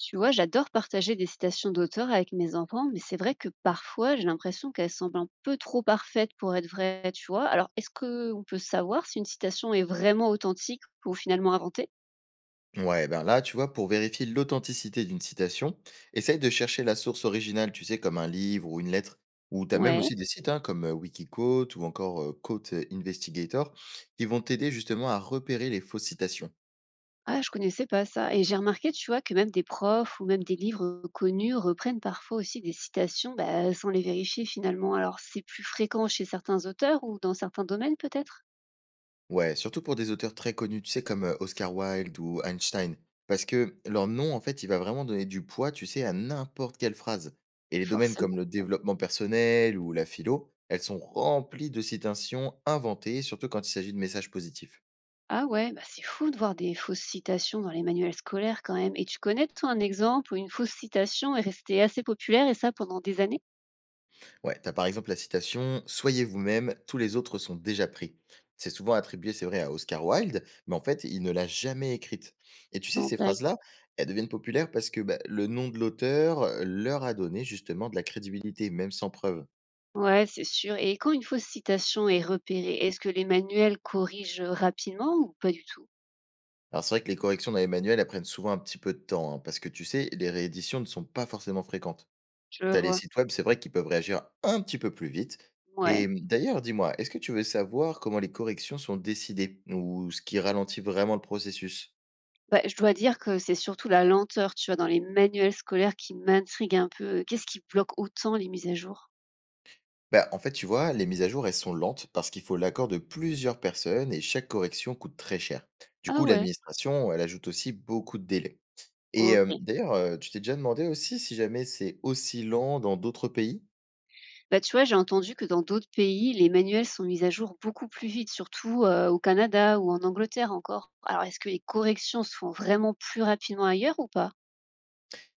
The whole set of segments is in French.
Tu vois, j'adore partager des citations d'auteurs avec mes enfants, mais c'est vrai que parfois, j'ai l'impression qu'elles semblent un peu trop parfaites pour être vraies, tu vois. Alors, est-ce qu'on peut savoir si une citation est vraiment authentique ou finalement inventée? Ouais, ben là, tu vois, pour vérifier l'authenticité d'une citation, essaye de chercher la source originale, tu sais, comme un livre ou une lettre, ou tu as même Ouais. aussi des sites hein, comme Wikiquote ou encore Quote Investigator qui vont t'aider justement à repérer les fausses citations. Ah, je connaissais pas ça. Et j'ai remarqué, tu vois, que même des profs ou même des livres connus reprennent parfois aussi des citations bah, sans les vérifier finalement. Alors, c'est plus fréquent chez certains auteurs ou dans certains domaines peut-être? Ouais, surtout pour des auteurs très connus, tu sais, comme Oscar Wilde ou Einstein, parce que leur nom, en fait, il va vraiment donner du poids, tu sais, à n'importe quelle phrase. Et les domaines comme Forcément. le développement personnel ou la philo, elles sont remplies de citations inventées, surtout quand il s'agit de messages positifs. Ah ouais, bah c'est fou de voir des fausses citations dans les manuels scolaires quand même. Et tu connais, toi, un exemple où une fausse citation est restée assez populaire et ça pendant des années? Ouais, t'as par exemple la citation «Soyez vous-même, tous les autres sont déjà pris». C'est souvent attribué, c'est vrai, à Oscar Wilde, mais en fait, il ne l'a jamais écrite. Et tu sais, Sans ces blague. phrases-là, elles deviennent populaires parce que bah, le nom de l'auteur leur a donné justement de la crédibilité, même sans preuve. Ouais, c'est sûr. Et quand une fausse citation est repérée, est-ce que les manuels corrigent rapidement ou pas du tout? Alors c'est vrai que les corrections dans les manuels, elles prennent souvent un petit peu de temps, hein, parce que tu sais, les rééditions ne sont pas forcément fréquentes. Je le T'as les vois. sites web, c'est vrai qu'ils peuvent réagir un petit peu plus vite et Ouais. mmh, d'ailleurs, dis-moi, est-ce que tu veux savoir comment les corrections sont décidées ou ce qui ralentit vraiment le processus? Bah, je dois dire que c'est surtout la lenteur, tu vois, dans les manuels scolaires qui m'intrigue un peu. Qu'est-ce qui bloque autant les mises à jour? Bah, en fait, tu vois, les mises à jour, elles sont lentes parce qu'il faut l'accord de plusieurs personnes et chaque correction coûte très cher. Du coup, Ah ouais, l'administration, elle ajoute aussi beaucoup de délais. Et ok. d'ailleurs, tu t'es déjà demandé aussi si jamais c'est aussi lent dans d'autres pays? Bah, tu vois, j'ai entendu que dans d'autres pays, les manuels sont mis à jour beaucoup plus vite, surtout au Canada ou en Angleterre encore. Alors, est-ce que les corrections se font vraiment plus rapidement ailleurs ou pas?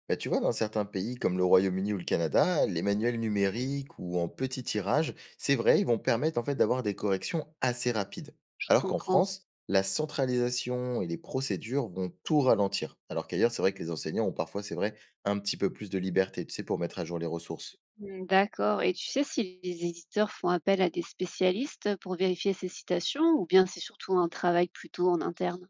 Bah, tu vois, dans certains pays comme le Royaume-Uni ou le Canada, les manuels numériques ou en petit tirage, c'est vrai, ils vont permettre en fait d'avoir des corrections assez rapides. Je Alors qu'en comprends. France, la centralisation et les procédures vont tout ralentir. Alors qu'ailleurs, c'est vrai que les enseignants ont parfois, c'est vrai, un petit peu plus de liberté, tu sais, pour mettre à jour les ressources. Hmm, d'accord. Et tu sais si les éditeurs font appel à des spécialistes pour vérifier ces citations ou bien c'est surtout un travail plutôt en interne?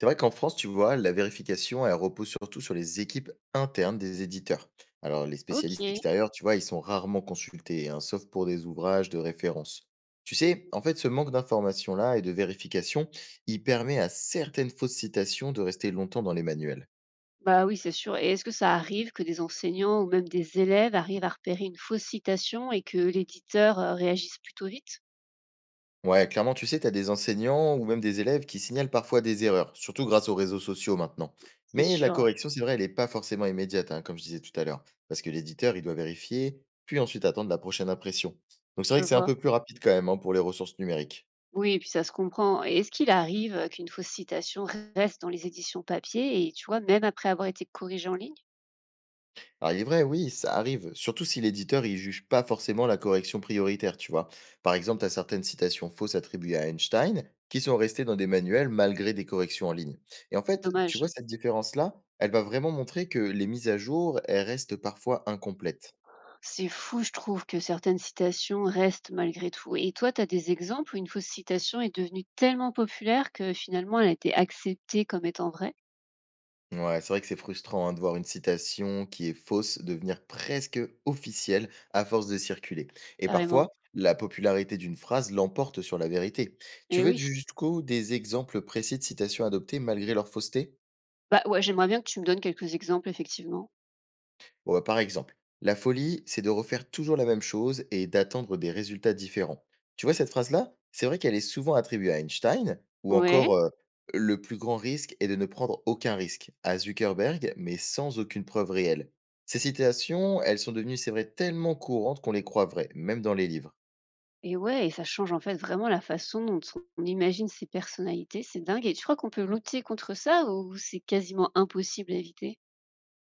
C'est vrai qu'en France, tu vois, la vérification, elle repose surtout sur les équipes internes des éditeurs. Alors, les spécialistes Ok. extérieurs, tu vois, ils sont rarement consultés, hein, sauf pour des ouvrages de référence. Tu sais, en fait, ce manque d'informations-là et de vérification, il permet à certaines fausses citations de rester longtemps dans les manuels. Bah oui, c'est sûr. Et est-ce que ça arrive que des enseignants ou même des élèves arrivent à repérer une fausse citation et que l'éditeur réagisse plutôt vite? Ouais, clairement, tu sais, tu as des enseignants ou même des élèves qui signalent parfois des erreurs, surtout grâce aux réseaux sociaux maintenant. C'est Mais la sûr, ouais, correction, c'est vrai, elle n'est pas forcément immédiate, hein, comme je disais tout à l'heure, parce que l'éditeur, il doit vérifier, puis ensuite attendre la prochaine impression. Donc c'est vrai je que c'est un vois. peu plus rapide quand même hein, pour les ressources numériques. Oui et puis ça se comprend et est-ce qu'il arrive, qu'une fausse citation reste dans les éditions papier et tu vois, même après avoir été corrigée en ligne? Alors, il est vrai, oui, ça arrive, surtout si l'éditeur il juge pas forcément la correction prioritaire, tu vois. Par exemple, Mmh. tu as certaines citations fausses attribuées à Einstein qui sont restées dans des manuels malgré des corrections en ligne. Et en C'est fait, tu dommage. vois, cette différence-là, elle va vraiment montrer que les mises à jour, elles restent parfois incomplètes. C'est fou je trouve que certaines citations restent malgré tout et toi, tu as des exemples où une fausse citation est devenue tellement populaire que finalement elle a été acceptée comme étant vraie? Ouais, c'est vrai que c'est frustrant hein, de voir une citation qui est fausse devenir presque officielle à force de circuler. Et Carrément. parfois, la popularité d'une phrase l'emporte sur la vérité. Tu Mais veux oui. jusqu'où des exemples précis de citations adoptées malgré leur fausseté? Bah, ouais, j'aimerais bien que tu me donnes quelques exemples effectivement. Bon, bah, par exemple, la folie, c'est de refaire toujours la même chose et d'attendre des résultats différents. Tu vois, cette phrase-là, c'est vrai qu'elle est souvent attribuée à Einstein, ou Ouais. encore le plus grand risque est de ne prendre aucun risque, à Zuckerberg, mais sans aucune preuve réelle. Ces citations, elles sont devenues, c'est vrai, tellement courantes qu'on les croit vraies, même dans les livres. Et ouais et ça change, en fait, vraiment la façon dont on imagine ses personnalités, c'est dingue et tu crois qu'on peut lutter contre ça ou c'est quasiment impossible à éviter?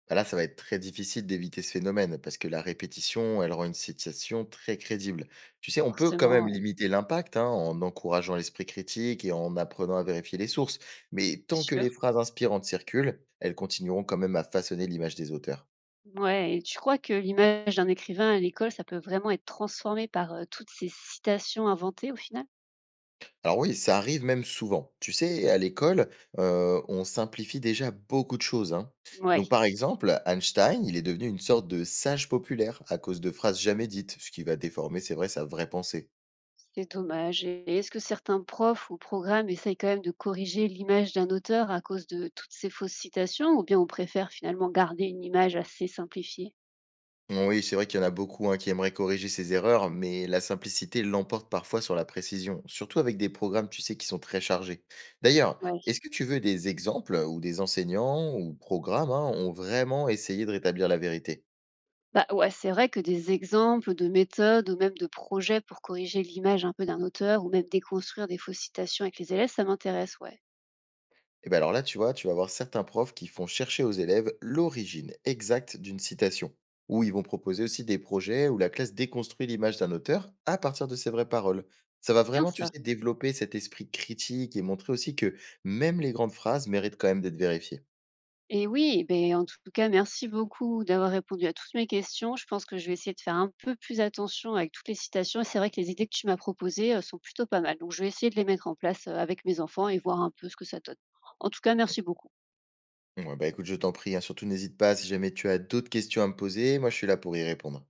Bah là, ça va être très difficile d'éviter ce phénomène parce que la répétition, elle rend une situation très crédible. Tu sais, on peut quand même Forcément, oui, limiter l'impact hein, en encourageant l'esprit critique et en apprenant à vérifier les sources. Mais c'est tant que les sûr. phrases inspirantes circulent, elles continueront quand même à façonner l'image des auteurs. Ouais et tu crois que l'image d'un écrivain à l'école, ça peut vraiment être transformée par, toutes ces citations inventées, au final? Alors oui, ça arrive même souvent. Tu sais, à l'école, on simplifie déjà beaucoup de choses, hein. Ouais, Donc par exemple, Einstein, il est devenu une sorte de sage populaire à cause de phrases jamais dites, ce qui va déformer, c'est vrai, sa vraie pensée. c'est dommage et est-ce que certains profs ou programmes essayent quand même de corriger l'image d'un auteur à cause de toutes ces fausses citations ou bien on préfère finalement garder une image assez simplifiée? Oui, c'est vrai qu'il y en a beaucoup hein, qui aimeraient corriger ces erreurs, mais la simplicité l'emporte parfois sur la précision, surtout avec des programmes, tu sais, qui sont très chargés. D'ailleurs, Ouais. est-ce que tu veux des exemples où des enseignants ou programmes hein, ont vraiment essayé de rétablir la vérité? Bah ouais, c'est vrai que des exemples de méthodes ou même de projets pour corriger l'image un peu d'un auteur ou même déconstruire des fausses citations avec les élèves, ça m'intéresse, ouais. Et ben alors là, tu vois, tu vas avoir certains profs qui font chercher aux élèves l'origine exacte d'une citation, ou ils vont proposer aussi des projets où la classe déconstruit l'image d'un auteur à partir de ses vraies paroles. Ça va Bien vraiment, tu ça. sais, développer cet esprit critique et montrer aussi que même les grandes phrases méritent quand même d'être vérifiées. Et oui, ben en tout cas, merci beaucoup d'avoir répondu à toutes mes questions. Je pense que je vais essayer de faire un peu plus attention avec toutes les citations. Et c'est vrai que les idées que tu m'as proposées sont plutôt pas mal. Donc je vais essayer de les mettre en place avec mes enfants et voir un peu ce que ça donne. En tout cas, merci beaucoup. Ouais, bah écoute, je t'en prie, hein, surtout n'hésite pas si jamais tu as d'autres questions à me poser, moi je suis là pour y répondre.